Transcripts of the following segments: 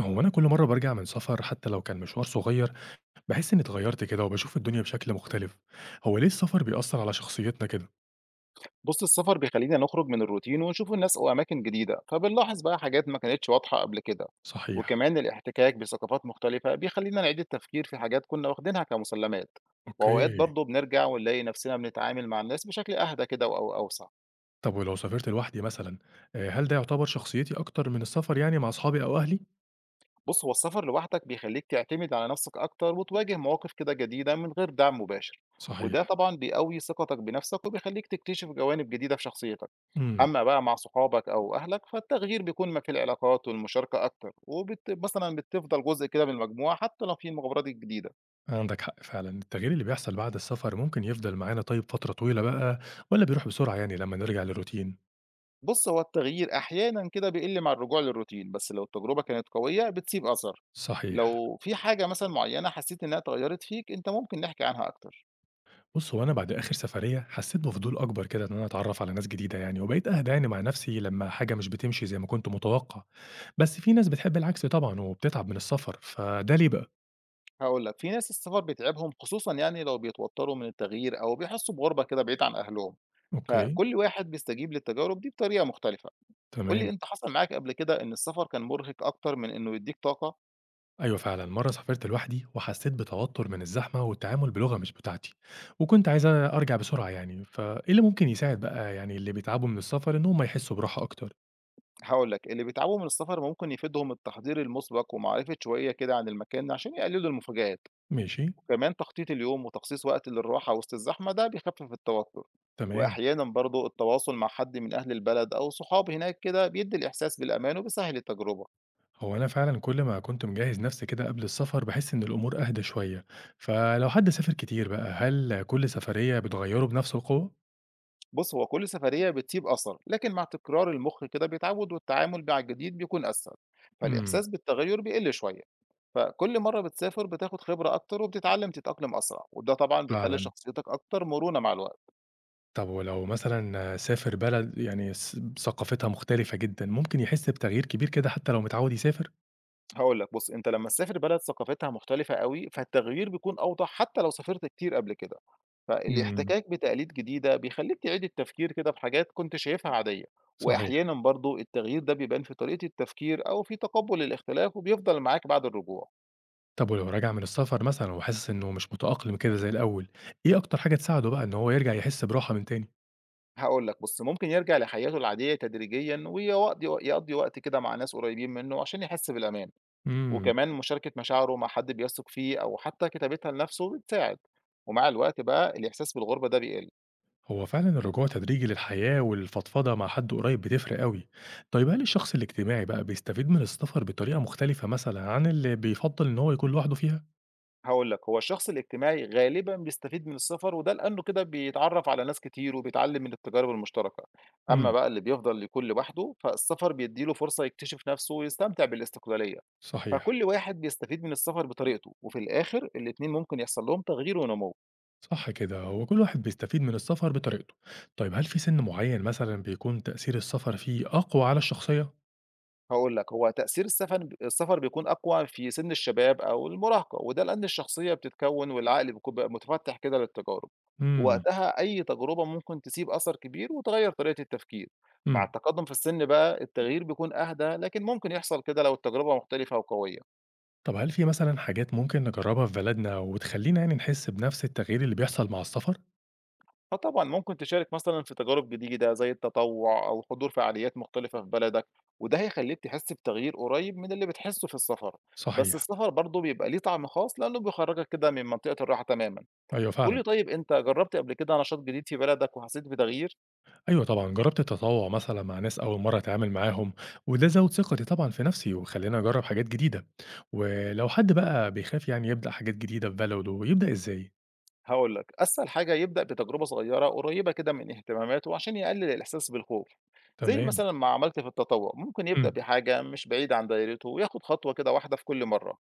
هو أنا كل مرة برجع من سفر حتى لو كان مشوار صغير بحس إني اتغيرت كده وبشوف الدنيا بشكل مختلف، هو ليه السفر بيأثر على شخصيتنا كده؟ بُص، السفر بيخلّينا نخرج من الروتين ونشوف الناس وأماكن جديدة، فبنلاحظ بقى حاجات ما كانتش واضحة قبل كده، صحيح، وكمان الاحتكاك بثقافات مختلفة بيخلّينا نعيد التفكير في حاجات كنا واخدينها كمسلمات، وأوقات أوكي، برضه بنرجع ونلاقي نفسنا بنتعامل مع الناس بشكل أهدى كده أو أوسع. طب ولو سافرت لوحدي مثلا آه، هل ده يعتبر شخصيتي أكتر من السفر يعني مع أصحابي أو أهلي؟ بُص، هو السفر لوحدك بيخلّيك تعتمد على نفسك أكتر وتواجه مواقف كده جديدة من غير دعم مباشر، وده صحيح، طبعًا بيقوي ثقتك بنفسك وبيخلّيك تكتشف جوانب جديدة في شخصيتك. امم أمّا بقى مع صحابك أو أهلك، فالتغيير بيكون ما في العلاقات والمشاركة أكتر، وبت مثلًا بتفضل جزء كده من المجموعة حتى لو في المغامرات الجديدة. عندك حق فعلا، التغيير اللي بيحصل بعد السفر ممكن يفضل معانا طيب فترة طويلة بقى ولا بيروح بسرعة يعني لما نرجع للروتين؟ بُص، هو التغيير أحيانًا كده بيقل مع الرجوع للروتين، بس لو التجربة كانت قوية بتسيب أثر. صحيح. لو في حاجة مثلًا معيّنة حسيت إنها اتغيّرت فيك، أنت ممكن نحكي عنها أكتر. بُص، هو أنا بعد آخر سفرية حسيت بفضول أكبر كده إن أنا أتعرّف على ناس جديدة يعني، وبقيت أهدى يعني مع نفسي لمّا حاجة مش بتمشي زي ما كنت متوقع، بس في ناس بتحب العكس طبعًا وبتتعب من السفر، فده ليه بقى؟ هاقول لك، في ناس السفر بيتعبهم خصوصًا يعني لو بيتوتروا من التغيير أو بيحسوا بغربة كده بعيد عن أهلهم، أوكي، فكل واحد بيستجيب للتجارب دي بطريقة مختلفة. قُل لي تمام، أنت حصل معاك قبل كده إن السفر كان مرهق أكتر من إنه يدّيك طاقة؟ أيوه فعلًا، مرّة سافرت لوحدي وحسيت بتوتر من الزحمة والتعامل بلغة مش بتاعتي، وكنت عايز أرجع بسرعة يعني، فإيه اللي ممكن يساعد بقى يعني اللي بيتعبوا من السفر إنهم يحسوا براحة أكتر؟ هاقول لك، اللي بيتعبوا من السفر ممكن يفيدهم التحضير المُسبق ومعرفة شوية كده عن المكان عشان يقللوا المفاجآت، ماشي، وكمان تخطيط اليوم وتخصيص وقت للراحة وسط الزحمة ده بيخفف التوتر، تمام. وأحيانًا برضه التواصل مع حد من أهل البلد أو صحاب هناك كده بيدّي الإحساس بالأمان وبيسهّل التجربة. هو أنا فعلًا كل ما كنت مجهّز نفسي كده قبل السفر، باحس إن الأمور أهدى شوية، فلو حد سافر كتير بقى، هل كل سفرية بتغيّره بنفس القوة؟ بُص، هو كل سفرية بتسيب أثر، لكن مع تكرار المُخ كده بيتعود والتعامل مع الجديد بيكون أسهل، إمم، فالإحساس بالتغيُّر بيقل شوية. فكل مرة بتسافر بتاخد خبرة أكتر وبتتعلم تتأقلم أسرع وده طبعا بيخلي فعلًا. شخصيتك أكتر مرونة مع الوقت. طب ولو مثلًا سافر بلد يعني ثقافتها مختلفة جدًا، ممكن يحس بتغيير كبير كده حتى لو متعود يسافر؟ هقول لك، بص أنت لما تسافر بلد ثقافتها مختلفة قوي فالتغيير بيكون أوضح حتى لو سافرت كتير قبل كده، إمم، فالاحتكاك بتقاليد جديدة بيخليك تعيد التفكير كده في حاجات كنت شايفها عادية، صحيح. وأحيانا برضو التغيير ده بيبان في طريقة التفكير أو في تقبل الاختلاف وبيفضل معاك بعد الرجوع. طب ولو راجع من السفر مثلًا وحاسس إنه مش متأقلم كده زي الأول، إيه أكتر حاجة تساعده بقى إن هو يرجع يحس براحة من تاني؟ هقول لك، بص ممكن يرجع لحياته العادية تدريجيا ويقضي وقت كده مع ناس قريبين منه عشان يحس بالأمان، إمم. وكمان مشاركة مشاعره مع حد بيثق فيه أو حتى كتابتها لنفسه بتساعد، ومع الوقت بقى الإحساس بالغربة ده بيقل. هو فعلا الرجوع تدريجي للحياة والفضفضة مع حد قريب بتفرق قوي طيب هل الشخص الاجتماعي بقى بيستفيد من السفر بطريقة مختلفة مثلا عن اللي بيفضل ان هو يكون لوحده فيها؟ هقول لك، هو الشخص الاجتماعي غالبا بيستفيد من السفر وده لأنه كده بيتعرف على ناس كتير وبيتعلم من التجارب المشتركة. أما امم بقى اللي بيفضل يكون لوحده فالسفر بيديله فرصة يكتشف نفسه ويستمتع بالاستقلالية، صحيح، فكل واحد بيستفيد من السفر بطريقته وفي الآخر الاتنين ممكن يحصل لهم تغيير ونمو. صح كده هو كل واحد بيستفيد من السفر بطريقته طيب هل في سن معين مثلا بيكون تأثير السفر فيه أقوى على الشخصية؟ هاقول لك، هو تأثير السفر بيكون أقوى في سن الشباب أو المراهقة، وده لأن الشخصية بتتكوّن والعقل بيكون بقى متفتّح كده للتجارب، امم ووقتها أي تجربة ممكن تسيب أثر كبير وتغيّر طريقة التفكير، مع امم التقدّم في السن بقى التغيير بيكون أهدى، لكن ممكن يحصل كده لو التجربة مختلفة وقوية. طب هل في مثلا حاجات ممكن نجربها في بلدنا وتخلينا يعني نحس بنفس التغيير اللي بيحصل مع السفر؟ آه طبعًا، ممكن تشارك مثلًا في تجارب جديدة زي التطوع أو حضور فعاليات مختلفة في بلدك، وده هيخلّيك تحس بتغيير قريب من اللي بتحسه في السفر، بس صحيح، السفر برضه بيبقى ليه طعم خاص لأنه بيخرّجك كده من منطقة الراحة تمامًا. ايوه قُل فعلا، لي طيب أنت جرّبت قبل كده نشاط جديد في بلدك وحسيت بتغيير؟ أيوه طبعًا، جرّبت التطوّع مثلًا مع ناس أول مرّة أتعامل معاهم، وده زوّد ثقتي طبعًا في نَفْسي وخلّاني أجرّب حاجات جديدة، ولو حد بقى بيخاف يعني يبدأ حاجات جديدة في بلده، يبدأ إزاي؟ هاقول لك، أسهل حاجة يبدأ بتجربة صغيرة قريبة كده من اهتماماته عشان يقلل الإحساس بالخوف، زي تمام، مثلًا ما عملت في التطوع، ممكن يبدأ إمم، بحاجة مش بعيدة عن دايرته وياخد خطوة كده واحدة في كل مرة.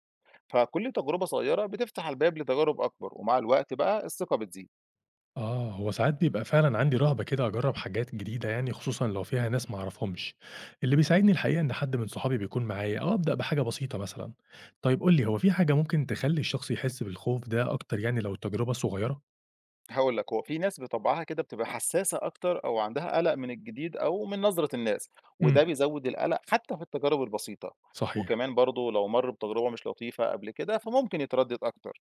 فكل تجربة صغيرة بتفتح الباب لتجارب أكبر ومع الوقت بقى الثقة بتزيد. آه، هو ساعات بيبقى فعلًا عندي رهبة كده أجرّب حاجات جديدة يعني خصوصًا لو فيها ناس ما أعرفهمش، اللي بيساعدني الحقيقة إن حد من صحابي بيكون معايا أو أبدأ بحاجة بسيطة مثلًا. طيب قُل لي هو في حاجة ممكن تخلّي الشخص يحس بالخوف ده أكتر يعني لو التجربة صغيّرة؟ هقول لك، هو في ناس بطبعها كده بتبقى حساسة أكتر أو عندها قلق من الجديد أو من نظرة الناس، وده إمم، بيزود القلق حتى في التجارب البسيطة، صحيح، وكمان برضه لو مر بتجربة مش لطيفة قبل كده فممكن يتردد أكتر،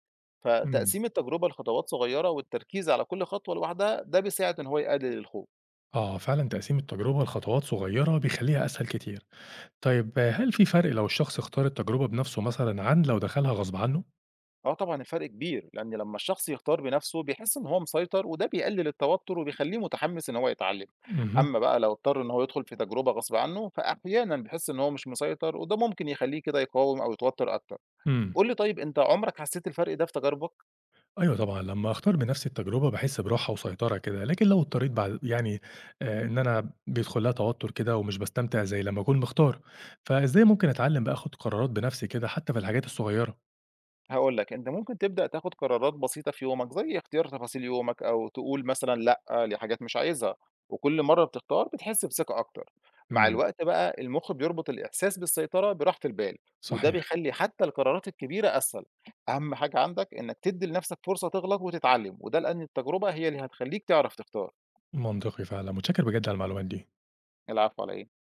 إمم. فتقسيم التجربة لخطوات صغيرة والتركيز على كل خطوة لوحدها ده بيساعد إن هو يقلل الخوف. آه فعلا تقسيم التجربة لخطوات صغيرة بيخليها أسهل كتير طيب آه، هل في فرق لو الشخص اختار التجربة بنفسه مثلا عن لو دخلها غصب عنه؟ آه طبعًا الفرق كبير، لإن لمّا الشخص يختار بنفسه بيحس إن هو مسيطر وده بيقلل التوتر وبيخلّيه متحمس إن هو يتعلم، مهم. أمّا بقى لو اضطر إن هو يدخل في تجربة غصب عنه، فأحيانًا بيحس إن هو مش مسيطر وده ممكن يخلّيه كده يقاوم أو يتوتر أكتر. مم. قُل لي طيب أنت عمرك حسيت الفرق ده في تجاربك؟ أيوة طبعا لما أختار بنفسي التجربة بحس براحة وسيطرة كده لكن لو اضطريت بعد يعني آه إن أنا بيدخل لها توتر كده ومش بستمتع زي لما أكون مختار فإزاي ممكن أتعلم بقى أخد قرارات بنفسي كده حتى في الحاجات الصغيرة؟ هاقول لك، أنت ممكن تبدأ تاخد قرارات بسيطة في يومك، زي اختيار تفاصيل يومك أو تقول مثلًا لأ لحاجات مش عايزها، وكل مرّة بتختار بتحس بثقة أكتر. مع مم. الوقت بقى المخ بيربط الإحساس بالسيطرة براحة البال، وده صحيح، بيخلّي حتى القرارات الكبيرة أسهل. أهم حاجة عندك إنك تدّي لنفسك فرصة تغلط وتتعلم، وده لأن التجربة هي اللي هتخلّيك تعرف تختار. منطقي فعلا متشكر بجد على المعلومات دي العفو على إيه.